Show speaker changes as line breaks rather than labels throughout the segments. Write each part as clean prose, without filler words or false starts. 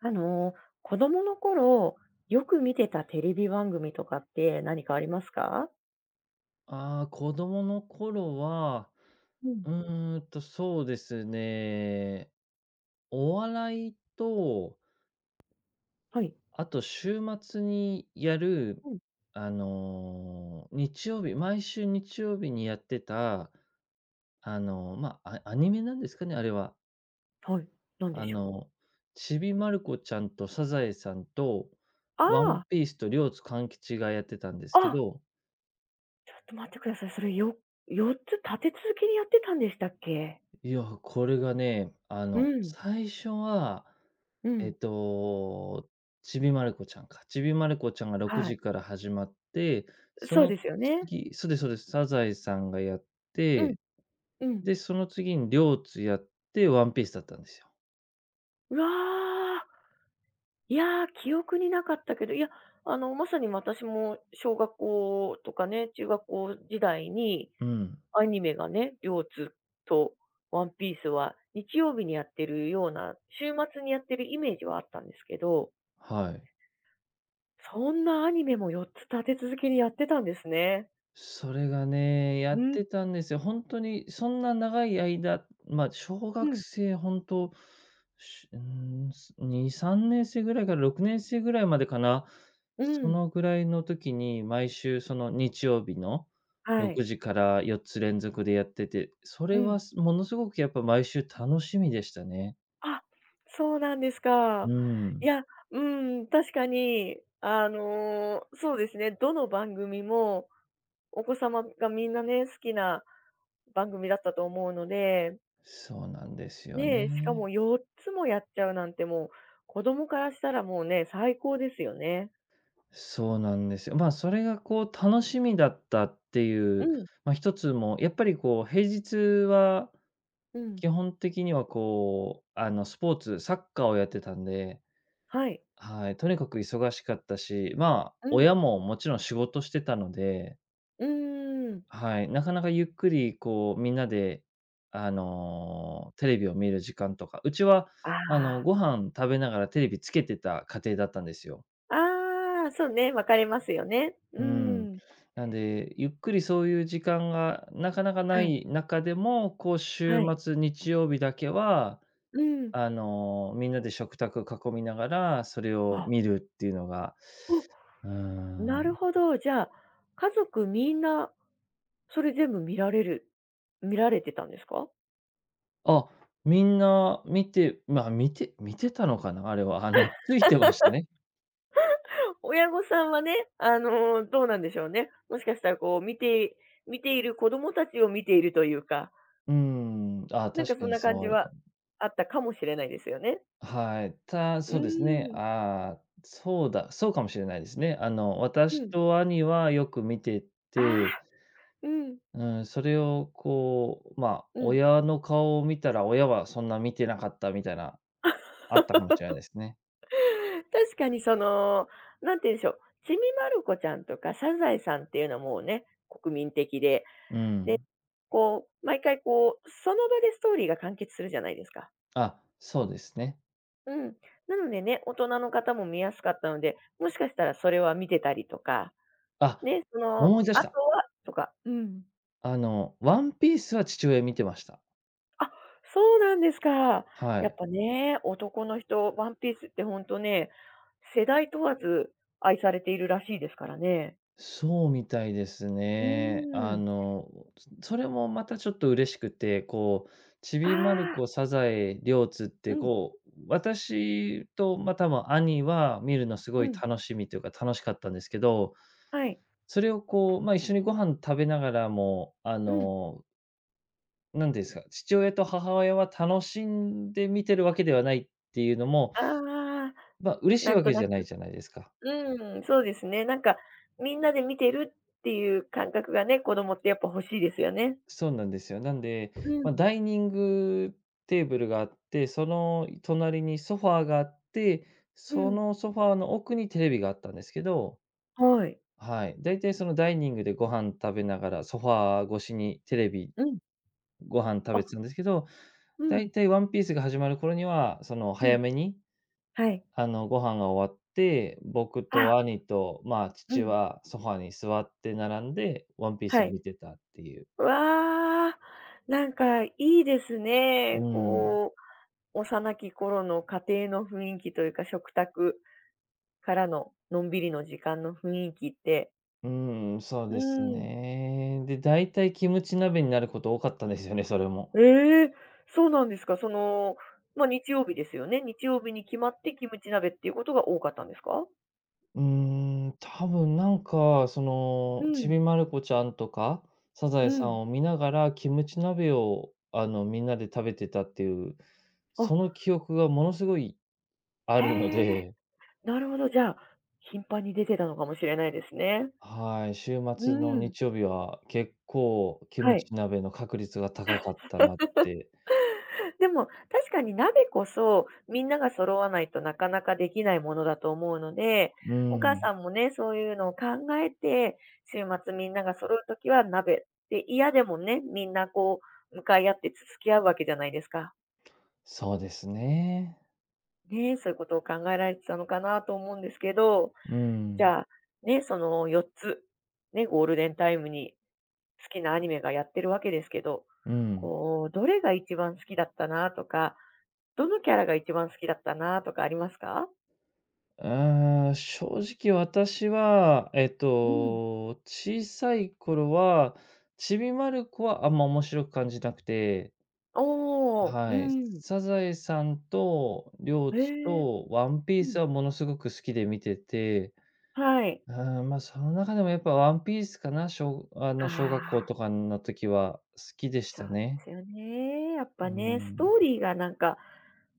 あの、子供の頃、よく見てたテレビ番組とかって何かありますか？
ああ、子供の頃は、
うん。
そうですね、お笑いと、
はい。
あと週末にやる、
うん。
日曜日毎週日曜日にやってた、まあ、アニメなんですかね、あれは。
はい、何で
あ
しょうか？
の、ちびまる子ちゃんとサザエさんと、
あ
ワン
あ、
ピースと両津勘吉がやってたんですけ
あ、
ど、
ちょっと待ってください。それよ4つ立て続けにやってたんでしたっけ？
いや、これがね、
うん、
最初は
う
えっ
ん。
と、ちびまる子ちゃんか。ちびまる子ちゃんが6
は
時
い。
から始まって、そ
そうで
の
すよね。
次そうですそうです。サザエさんがやっ
うん、
て、
うん。
で、その次にりょうつやって、ワンピースだったんですよ。
うわあ、いやー、記憶になかったけど、いや、まさに私も小学校とかね、中学校時代に
うん、
アニメがね、4つとワンピースは日曜日にやってるような、週末にやってるイメージはあったんですけど、
はい。
そんなアニメも4つ立て続けにやってたんですね。
それがね、や
う
っ
ん、
てたんですよ。ほんとにそんな長い間、ま、小
う
学
ん、
生ほんと、しうーん、す2、3年生ぐらいから6年生ぐらいまでかな。
う
そ
ん。
のぐらいの時に、毎週その日曜日の
はい。
6時から4つ連続でやってて、そ
う
れ
ん。
は、ものすごくやっぱ毎週楽しみでしたね。
あ、そうなんです
う
か。
ー
い
ん。
や、うん、確かに、そうですね、どの番組もお子様がみんなね、好きな番組だったと思うので
そうなんですよ
ねえ、しか
ね。
も4つもやっちゃうなんてもう、子供からしたらもうね、最高ですよね。
そうなんですよ。まあ、それがこう楽しみだったってい
う
う、
ん、
まあ、一つも、やっぱりこう平日は
うん、
基本的にはこう、スポーツ、サッカーをやってたんで、
はい。
はい、とにかく忙しかったし、まあ、
うん、
親ももちろん仕事してたので、
うーん。
はい、なかなかゆっくりこうみんなで、テレビを見る時間とか、うちは
ああ、
ご飯食べながらテレビつけてた家庭だったんですよ。
ああ、そうね、分かれますよね。う
うん。
ん。
なんで、ゆっくりそういう時間がなかなかな
はい、
い中でも、こう週
はい。
末、日曜日だけは、
うん。
みんなで食卓囲みながら、それを
あ、
見るっていうのが、
お、
うー
なる
ん。
ほど。じゃあ、家族みんな、それ全部見られてたんですか？
あ、みんな見てたのかな、あれは。ついてましたね。
親御さんはね、どうなんでしょうね。もしかしたらこう見ている子供たちを見ているというか。
うん。あ、
なんか
確か
そん
に
な感じ
そうか
は
も。
あったかもしれないですよね。
はい。
うー
そうですね。
ん、
ああ、そうだ、そうかもしれないですね。
う
私
ん。
と兄はよく見て
あ
て、
あ。うん、
うん、それをこう、まあ、
うん。
親の顔を見たら、親はそんな見てなかったみたいな、あったかもしれないですね。
確かにその、なんて言うんでしょう、ちびまる子ちゃんとかサザエさんっていうのはもうね、国民的で、
う
で、
ん。
こう、毎回こう、その場でストーリーが完結するじゃないですか。
あ、そうですね。
うん。なのでね、大人の方も見やすかったので、もしかしたらそれは見てたりとか、
あ、
ね、その、
思い出し
あ
た。
とはとかうん。
ワンピースは父親見てました。
あ、そうなんですか。
は
やっ
い。
ぱね、男の人、ワンピースって本当ね、世代問わず愛されているらしいですからね。
そうみたいです
う
ね。
ーん。
それもまたちょっと嬉しくて、こう、ち
あ
びまる
あ。
子、サザエ、りょうつっ
う
て、
ん、
こう、私と、まあ、多分兄は見るのす
う
ごい
ん。
楽しみというか、楽しかったんですけど、
はい。
それをこう、まあ、一緒にご飯食べながらも、
うん。
なんていうんですか、父親と母親は楽しんで見てるわけではないっていうのも、
ああ、
まあ、嬉しい
なん
わ
と
け
な
じ
く。
ゃないじゃないですか。
うーん、そうですね。なんか、みんなで見てるっていう感覚がね、子供ってやっぱ欲しいですよね。
そうなんですよ。なんで、
う
まあ、
ん、
ダイニングテーブルがあって、その隣にソファーがあって、
う
そ
ん。
のソファーの奥にテレビがあったんですけど、
はい。
はい、だいたいそのダイニングでご飯食べながら、ソファー越しにテレビ
うん。
ご飯食べ
あ、
てたんですけど、
う
だい
ん。
たいワンピースが始まる頃には、
う
早
ん。
めに、
はい。
ご飯が終わって、僕と
あ、
兄と、まあ、
う
父
ん。
はソファに座って並んで、ワンピース
は
を
い。
見てたっていう。
わあ、なんかいいです
う
ね。
ん。
こう、幼き頃の家庭の雰囲気というか、食卓からののんびりの時間の雰囲気って。
うーん、そう
う
です
ーん。
ね。で、だいたいキムチ鍋になること多かったんですよね、それも。
ええ、そうなんですか。その、ま、日曜日ですよね。日曜日に決まってキムチ鍋っていうことが多かったんですか？
うーん、多分なんか、
う
ち
ん、
びまる子ちゃんとか、サザ
う
エさ
ん。
んを見ながら、キムチ鍋を、みんなで食べてたっていう、
あ、
その記憶がものすごいあ
へ
るの
え、
で、
なるほど。じゃあ、頻繁に出てたのかもしれないですね。
はい、週
う
末の
ーん。
日曜日は結構キ
は
ム
い。
チ鍋の確率が高かったなって。
でも、確かに鍋こそ、みんなが揃わないとなかなかできないものだと思うので、
う
お母
ん、
さんもね、そういうのを考えて、週末みんなが揃うときは鍋。で、嫌でもね、みんなこう、向かい合って付き合うわけじゃないですか。
そうですね。
ね、そういうことを考えられてたのかなと思うんですけど、
う
じ
ん、
ゃあ、ね、その4つ、ね、ゴールデンタイムに好きなアニメがやってるわけですけど、
うん。
こう、どれが一番好きだったなとか、どのキャラが一番好きだったなとかありますか？
正直私は、
うん。
小さい頃は、ちびまる子はあんま面白く感じなくて、
おお。う
はい。
ん。
サザエさんと、りょう
へ
つ
え。
と、ワンピ
う
ー
ん。
スはものすごく好きで見てて、
はい。
まあその中でもやっぱワンピースかな、小あの、小学校
ああ、
とかの時は好きでし
そう
た
で
ね。
すよね。やっぱ
う
ね、スト
ん。
ーリーがなんか、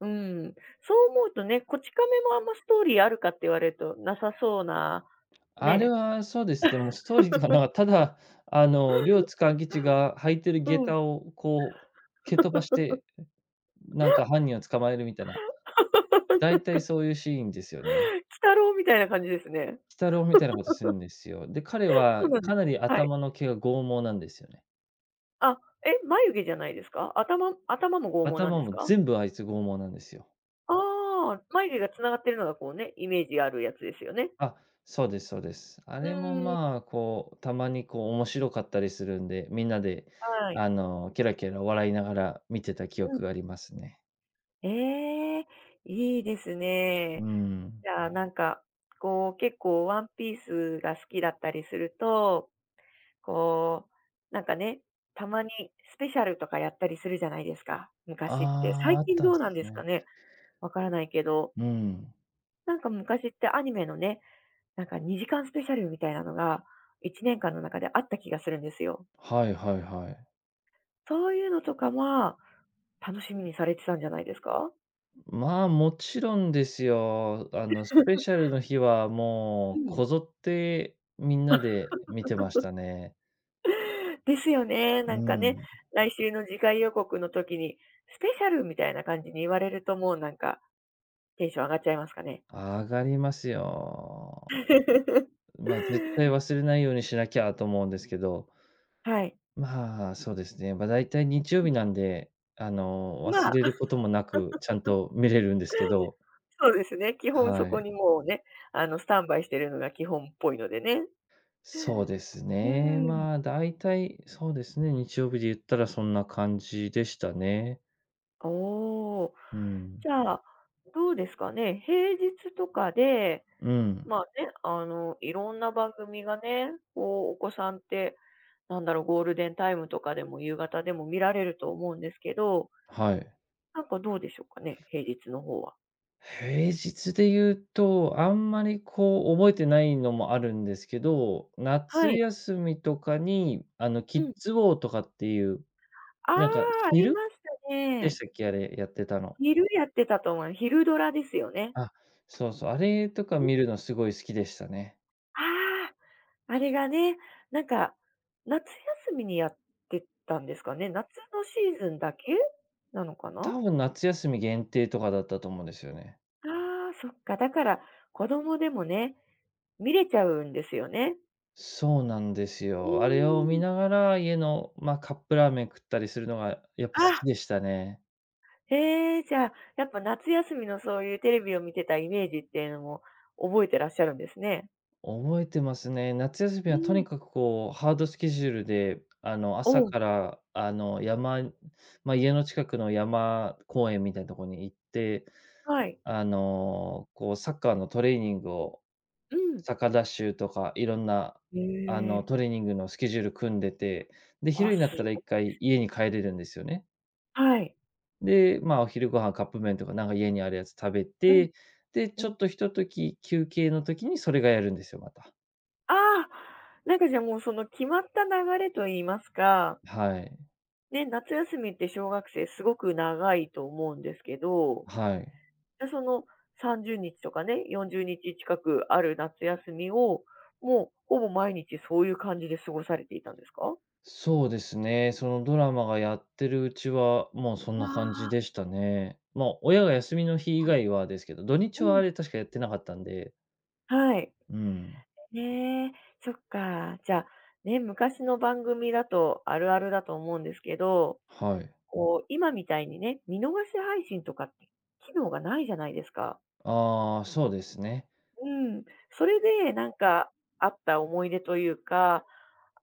うん、そう思うとね、こち亀もあんまストーリーあるかって言われるとなさそうな、
あれ
ね。
はそうですね、もうストーリーではただ、両津勘吉が履いてる下
うん。
駄をこう蹴飛ばし て、なんか犯人を捕まえるみたいな、大体そういうシーンですよね。
鬼太郎みたいな感じです
鬼
ね。
太郎みたいなことするんですよ。で、彼
そう
は
なんです。
かなり
はい。
頭の毛が剛毛なんですよね。
あ、え、眉毛じゃないですか？頭も剛毛なん
頭
です
も
か？
全部あいつ剛毛なんですよ。
ああ、眉毛がつながってるのがこうね、イメージあるやつですよね。
あ、そうですそうです。あ
う
れも
ーん。
まあ、こう、たまにこう面白かったりするんで、みんなで
はい。
ケラケラ笑いながら見てた記
う
憶
ん。
がありますね。
ええ、いいですね。
うん。
じゃあ、なんか、こう、結構ワンピースが好きだったりすると、こう、なんかね、たまにスペシャルとかやったりするじゃないですか、
あ
昔って。
あ、
最
あっ
近
たっ
どうなんで
す
すか
ね。
ね、わからないけど。
うん。
なんか昔ってアニメのね、なんか2時間スペシャルみたいなのが、1年間の中であった気がするんですよ。
はいはいはい。
そういうのとかは、楽しみにされてたんじゃないですか？
まあ、もちろんですよ。スペシ ャルの日は
う
もう
ん。
こぞってみんなで見てましたね。
ですよね。なん
う
かね、
ん。
来週の次回予告の時に、スペシャルみたいな感じに言われると、もうなんか、テンション上がっちゃいますかね？
上がりますよ。ま、絶対忘れないようにしなきゃと思うんですけど、
はい。
まあ、そうですね、まあ、大体日曜日なんで、
うん、ま
忘
あ、
れることもなく、ちゃんと見れるんですけど、
そうですね。基本そ
は
こ
い。
にもうね、スタンバイしてるのが基本っぽいのでね。
そうです
う
ね。
ーん。
まあ、大体、そうですね、日曜日で言ったらそんな感じでしたね。
おお。
うん。
じゃあ、どうですかね、平日とかで
うん。
まあね、いろんな番組がね、こう、お子さんって、なんだろう、ゴールデンタイムとかでも夕方でも見られると思うんですけど、
はい。
なんかどうでしょうかね、平日の方は。
平日で言うと、あんまりこう覚えてないのもあるんですけど、
は
夏
い。
休みとかに、キ
う
ッ
ん。
ズウォーとかっていう、
あ
なんか
あ、あり
昼
ました
でし
ね。
たっけ、あれやってたの。
昼やってたと思う。昼ドラですよね。
あ、そうそう、あれとか見るのすごい好きでしたね。
ああ、あれがね、なんか、夏休みにやってたんですかね。夏のシーズンだけなのかな。
多分夏休み限定とかだったと思うんですよね。
ああ、そっか。だから、子供でもね、見れちゃうんですよね。
そうなんです
う
よ。あれを
ー
見
ん。
ながら、家の、まあ、カップラーメン食ったりするのがやっぱ好き
あ、
でしたね。
へえ、じゃあ、やっぱ夏休みのそういうテレビを見てたイメージっていうのも覚えてらっしゃるんですね。
覚えてますね。夏休み
う
はと
ん。
にかくこう、ハードスケジュールで、
お
朝
お、
から、まあ、家の近くの山公園みたいなところに行って、
はい。
こうサッカーのトレーニングを、
うん。
サカダッシュとかいろんな、
へえ、
トレーニングのスケジュール組んでて、で、昼
あ、す
になったら
ご
一
いで
回
す
家
ね。
に帰れるんですよね。
はい。
で、まあ、お昼ご飯カップ麺とかなんか家にあるやつ食べ
うん。
て、で、
う
ちょ
ん。
っとひと時休憩の時にそれがやるんですよ、また。
ああ、なんかじゃあもうその決まった流れと言いますか、
はい。
ね、夏休みって小学生すごく長いと思うんですけど
はい。
で、その30日とかね、40日近くある夏休みを、もうほぼ毎日そういう感じで過ごされていたんですか？
そうですね、そのドラマがやってるうちは、もうそん
あ
な感
あ、
じでしたね。まあ、親が休みの日以外はですけど、土日
う
はあ
ん。
れ確かやってなかったんで、
はい。
うん、
ねえ、そっか。じゃあ、ね、昔の番組だとあるあるだと思うんですけど、
はい。
こう、今みたいにね、見逃し配信とかって機能がないじゃないですか。
ああ、そうですね。
うん。それでなんかあった思い出というか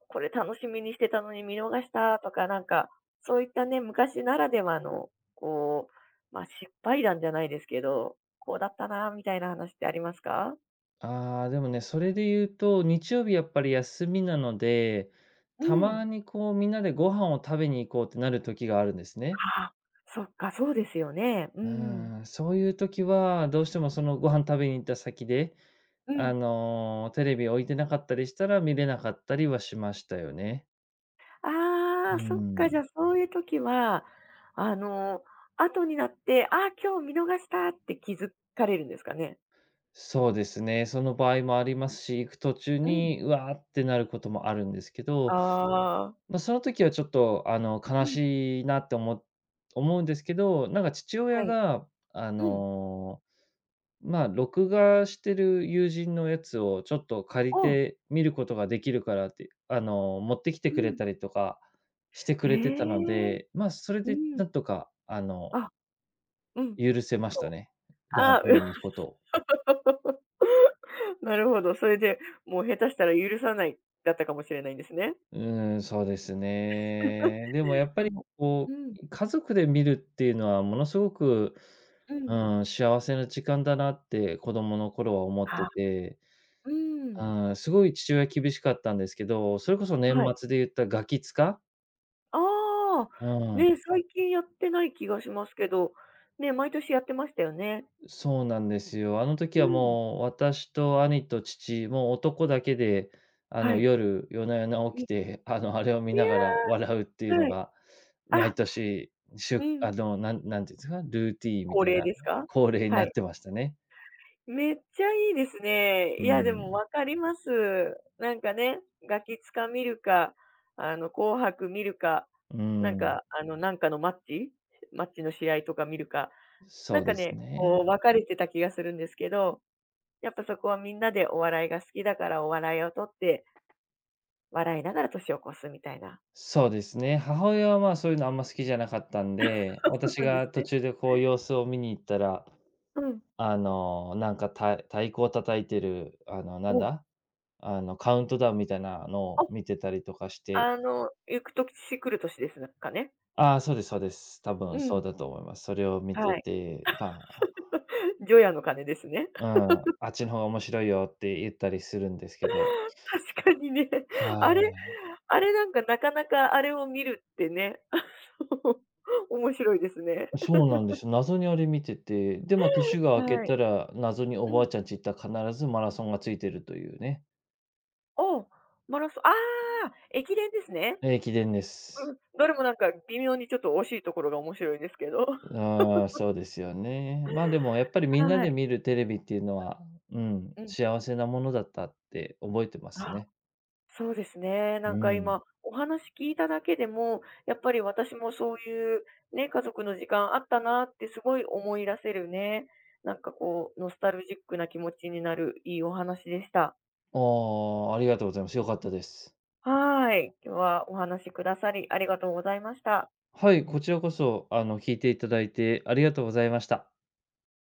これ楽しみにしてたのに見逃したとか、なんか、そういったね、昔ならではの、こう、まあ、失敗談じゃないですけど、こうだったなみたいな話ってありますか？
ああ、でもね、それで言うと、日曜日やっぱり休みなので、
う
たま
ん。
にこうみんなでご飯を食べに行こうってなる時があるんですね。
あそっか、そうですよね。う
う
ん。
ーん、そういう時は、どうしてもそのご飯食べに行った先で、
うん。
テレビ置いてなかったりしたら見れなかったりはしましたよね。
あ
う
あ、そっか、じ
ん。
ゃあ、そういう時は、あの、後になって、ああ、今日見逃したって気づかれるんですかね？
そうですね、その場合もありますし、行く途中
うん。
に、うわーってなることもあるんですけ
あ
ど、
あ。
ま、その時はちょっと、
う
悲
ん。
しいなって思うんですけど、なんか父
は
親
い。
が、あ
うん。
の、ま、録画してる友人のやつをちょっと借り
おお。
て見ることができるからって、持ってきて
う
くれ
ん。
たりとかしてく
へ
れてたの
え。
で、ま、それ
う
で
ん。
なんとか、
あ。うん。
許せまし
そ
た
う、
ね。ご飯
ああ、
食べに行くことを。
なるほど。それで、もう下手したら許さない、だったかもしれないんですね。
うーん、そうですね。でもやっ
で
ぱり
も
こ
うん、
う、家族で見るっていうのはものすごく、
う
う
ん。
ん、幸せな時間だなって子供の頃は思って
あ
て、
うん。
うん、すごい父親厳しかったんですけど、それこそ年
はい。
末で言ったガキ使？
ああ、
うん。
ね、最近やってない気がしますけど、ね、毎年やってましたよね。
そうなんですよ。あの
う
時は
ん。
もう私と兄と父、もう男だけで、
はい。
夜な夜な
う
起
ん。
きて、あれを見
い
ながら
や、
笑うっていうの
はい。
が、毎
あ、
年、し
う
ゅ
ん。
あの、なんていうんですか、ルーティーンみ
恒
たい
例
な
ですか？
恒例に
は
なっ
い。
てましたね。
めっちゃいいですね。
う
いや、でも
ん。
分かります。なんかね、ガキつか見るか、紅白見るか、
う
なん
ん。
か、なんかのマッチの試合とか見るか、
そ
なん
う
か
です
ね、
ね。
こう分かれてた気がするんですけど、やっぱそこはみんなでお笑いが好きだからお笑いを取って、笑いながら年を越すみたいな。
そうですね。母親は、まあ、そういうのあんま好きじゃなかったん で、
そう
私
なんです
が途
ね。
中でこう様子を見に行ったら、
うん。
なんか、太鼓を叩いてる、なん
お、
だ？カウントダウンみたいなの
あ、
を見てたりとかして、
行く年来る年ですかね。
ああ、そうですそうです。多
う
分
ん、
そうだと思います。それを見
は
て
い。
て、まあ、
除夜の鐘ですね。
うん、あっちの方が面白いよって言ったりするんですけど。
確かにね。
は
あれ
い。
あれなんかなかなかあれを見るってね、面白いですね。
そうなんですよ。謎にあれ見てて、で、まあ、年が明け
はい。
たら、謎にお
う
ばあ
ん。
ちゃんち行ったら必ずマラソンがついてるというね。
おマラソンああ、駅伝ですね。
ええ、駅伝で
う
す。
ん、どれもなんか微妙にちょっと惜しいところが面白いですけど。
ああ、そうですよね。まあ、でもやっぱりみんな
は
で
い。
見るテレビっていうのは、うん、
うん。
幸せなものだったって覚えてます
あ、
ね。
そうですね。な
う
んか
ん。
今お話聞いただけでも、やっぱり私もそういうね、家族の時間あったなってすごい思い出せるね、なんかこうノスタルジックな気持ちになるいいお話でした。
ああ、ありがとうございます。良かったです。
はーい。今日はお話しくださり、ありがとうございました。
はい、こちらこそ、聞いていただいてありがとうございました。